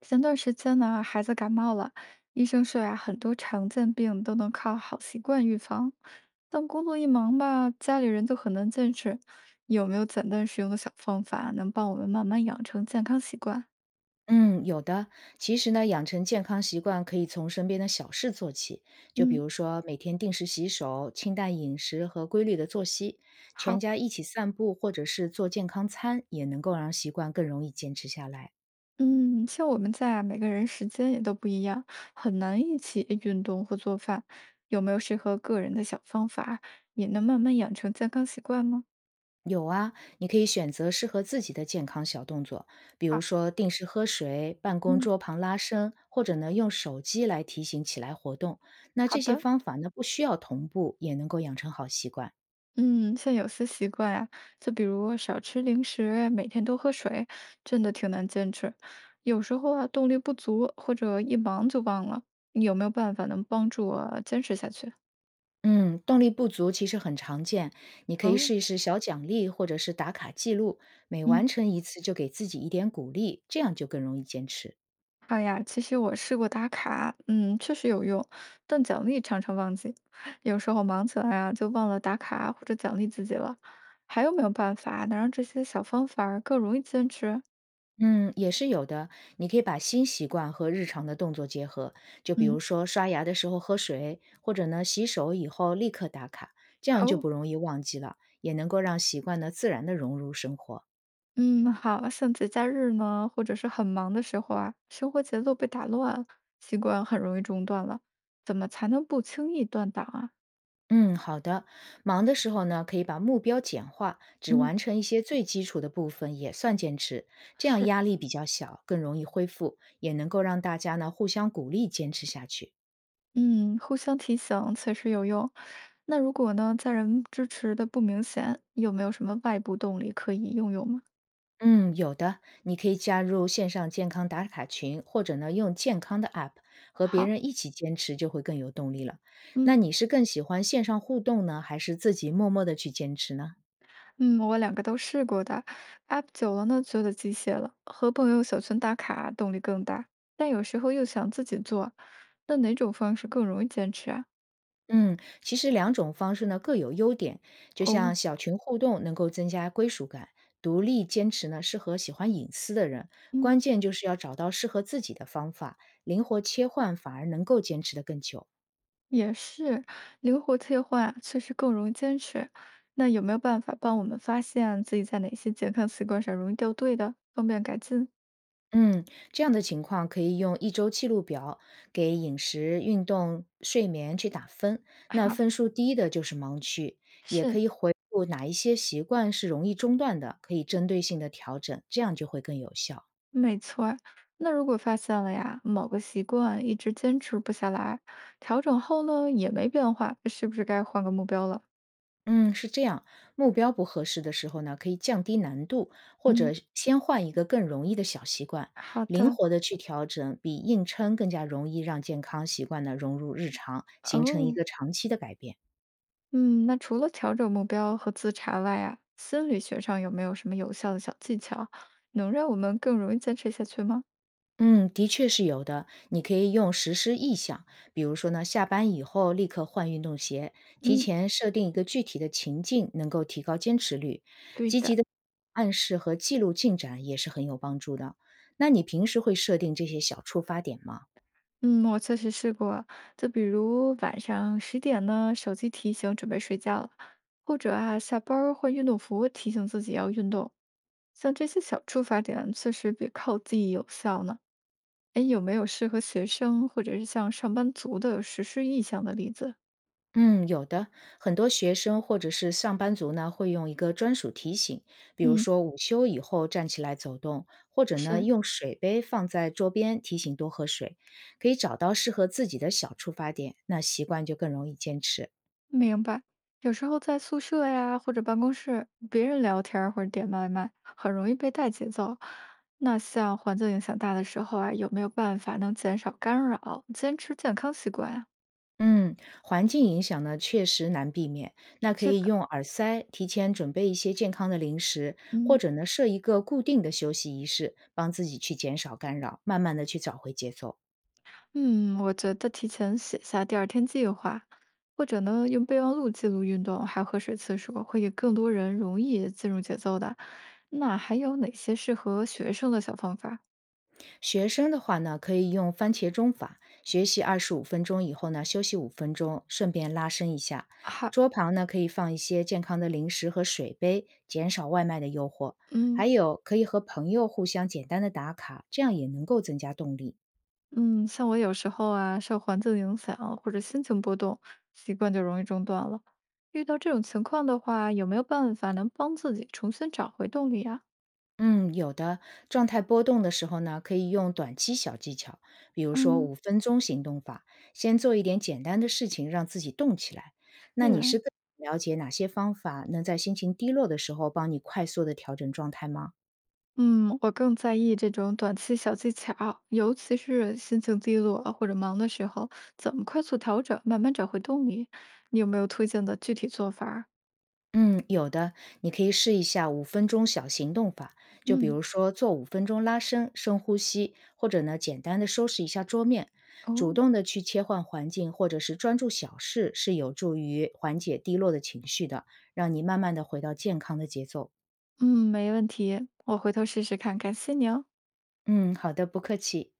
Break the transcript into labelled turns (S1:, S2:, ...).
S1: 前段时间呢，孩子感冒了，医生说呀，很多常见病都能靠好习惯预防。但工作一忙吧，家里人就很难坚持。有没有简单实用的小方法，能帮我们慢慢养成健康习惯？
S2: 嗯，有的。其实呢，养成健康习惯可以从身边的小事做起，就比
S1: 嗯，
S2: 如说每天定时洗手、清淡饮食和规律的作息，全
S1: 好，
S2: 家一起散步或者是做健康餐，也能够让习惯更容易坚持下来。
S1: 嗯，像我们在啊，每个人时间也都不一样，很难一起运动或做饭。有没有适合个人的小方法，也能慢慢养成健康习惯吗？
S2: 有啊，你可以选择适合自己的健康小动作，比如
S1: 好，
S2: 说定时喝水、办公
S1: 嗯，
S2: 桌旁拉伸，或者呢用手机来提醒起来活动。那
S1: 好
S2: 这些
S1: 的。
S2: 方法呢，不需要同步，也能够养成好习惯。
S1: 嗯，像有些习惯呀，就比如少吃零食，每天多喝水，真的挺难坚持。有时候啊，动力不足或者一忙就忘了，你有没有办法能帮助我坚持下去？
S2: 嗯，动力不足其实很常见，你可以
S1: 哦，
S2: 试一试小奖励或者是打卡记录，每
S1: 嗯，
S2: 完成一次就给自己一点鼓励，这样就更容易坚持。
S1: 好呀，其实我试过打卡，确实有用，但奖励常常忘记，有时候忙起来啊，就忘了打卡或者奖励自己了。还有没有办法能让这些小方法儿更容易坚持？
S2: 嗯，也是有的，你可以把新习惯和日常的动作结合，就比如
S1: 嗯，
S2: 说刷牙的时候喝水，或者呢洗手以后立刻打卡，这样就
S1: 哦。
S2: 不容易忘记了，也能够让习惯呢自然的融入生活。
S1: 嗯，好，像节假日呢，或者是很忙的时候啊，生活节奏被打乱，习惯很容易中断了。怎么才能不轻易断档啊？
S2: 嗯，好的。忙的时候呢，可以把目标简化，只
S1: 嗯，
S2: 完成一些最基础的部分，也算坚持。这样
S1: 是，
S2: 压力比较小，更容易恢复，也能够让大家呢互相鼓励，坚持下去。
S1: 嗯，互相提醒确实有用。那如果呢，家人支持的不明显，有没有什么外部动力可以用用吗？
S2: 嗯，有的，你可以加入线上健康打卡群，或者呢用健康的 app 和别
S1: 好，
S2: 人一起坚持，就会更有动力了。那
S1: 嗯
S2: 你是更喜欢线上互动呢，还是自己默默的去坚持呢？
S1: 嗯，我两个都试过的，app 久了呢，觉得机械了，和朋友小群打卡动力更大，但有时候又想自己做，那哪种方式更容易坚持啊？
S2: 嗯，其实两种方式呢各有优点，就像
S1: 哦，
S2: 小群互动能够增加归属感，独立坚持呢适合喜欢隐私的人，关
S1: 嗯，
S2: 键就是要找到适合自己的方法，灵活切换反而能够坚持得更久。
S1: 也是，灵活切换啊确实更容易坚持。那有没有办法帮我们发现自己在哪些健康习惯上容易掉队的，方便改进？
S2: 嗯，这样的情况可以用一周记录表给饮食、运动、睡眠去打分，那
S1: 好，
S2: 分数低的就是盲区，也可
S1: 是，
S2: 以回顾哪一些习惯是容易中断的，可以针对性的调整，这样就会更有效。
S1: 没错儿。那如果发现了呀，某个习惯一直坚持不下来，调整后呢也没变化，是不是该换个目标了？
S2: 嗯，是这样，目标不合适的时候呢，可以降低难度，或者
S1: 嗯，
S2: 是先换一个更容易的小习惯，
S1: 好
S2: 灵
S1: 的。
S2: 活的去调整，比硬撑更加容易让健康习惯呢融入日常，形成一
S1: 哦。
S2: 个长期的改变。
S1: 嗯，那除了调整目标和自查外啊，心理学上有没有什么有效的小技巧，能让我们更容易坚持下去吗？
S2: 嗯，的确是有的。你可以用实施意向，比如说呢，下班以后立刻换运动鞋，提
S1: 嗯，
S2: 前设定一个具体的情境，能够提高坚持率。
S1: 对
S2: 积极
S1: 的，
S2: 的暗示和记录进展也是很有帮助的。那你平时会设定这些小触发点吗？
S1: 嗯，我确实试过，就比如晚上10点呢，手机提醒准备睡觉了，或者啊，下班儿换运动服提醒自己要运动，像这些小触发点，确实比靠记忆有效呢。哎，有没有适合学生或者是像上班族的实施意向的例子？
S2: 嗯，有的，很多学生或者是上班族呢，会用一个专属提醒，比如
S1: 嗯。
S2: 说午休以后站起来走动，或者呢
S1: 是，
S2: 用水杯放在桌边提醒多喝水，可以找到适合自己的小出发点，那习惯就更容易坚持。
S1: 明白。有时候在宿舍呀，或者办公室，别人聊天儿或者点外卖，很容易被带节奏。那像环境影响大的时候啊，有没有办法能减少干扰，坚持健康习惯啊？
S2: 嗯，环境影响呢确实难避免，那可
S1: 是
S2: 以
S1: 的，
S2: 用耳塞提前准备一些健康的零食，或
S1: 嗯，
S2: 者呢设一个固定的休息仪式，帮自己去减少干扰，慢慢的去找回节奏。
S1: 嗯，我觉得提前写下第二天计划，或者呢用备忘录记录运动还有喝水次数，会给更多人容易进入节奏的。那还有哪些适合学生的小方法？
S2: 学生的话呢，可以用番茄钟法，学习25分钟以后呢，休息五分钟，顺便拉伸一下。
S1: 好，
S2: 桌旁呢，可以放一些健康的零食和水杯，减少外卖的诱惑。
S1: 嗯。
S2: 还有，可以和朋友互相简单的打卡，这样也能够增加动力。
S1: 嗯，像我有时候啊，受环境影响或者心情波动，习惯就容易中断了。遇到这种情况的话，有没有办法能帮自己重新找回动力啊？
S2: 嗯，有的。状态波动的时候呢，可以用短期小技巧，比如说
S1: 嗯，
S2: 5分钟行动法，先做一点简单的事情，让自己动起来。那你是
S1: 是，
S2: 更了解哪些方法能在心情低落的时候帮你快速的调整状态吗？
S1: 嗯，我更在意这种短期小技巧，尤其是心情低落或者忙的时候，怎么快速调整，慢慢找回动力？你有没有推荐的具体做法儿？
S2: 嗯，有的，你可以试一下5分钟小行动法，就比
S1: 嗯，
S2: 如说做5分钟拉伸、深呼吸，或者呢简单的收拾一下桌面，主
S1: 哦。
S2: 动的去切换环境，或者是专注小事，是有助于缓解低落的情绪的，让你慢慢的回到健康的节奏。
S1: 嗯，没问题，我回头试试看，感谢您哦。
S2: 嗯，好的，不客气。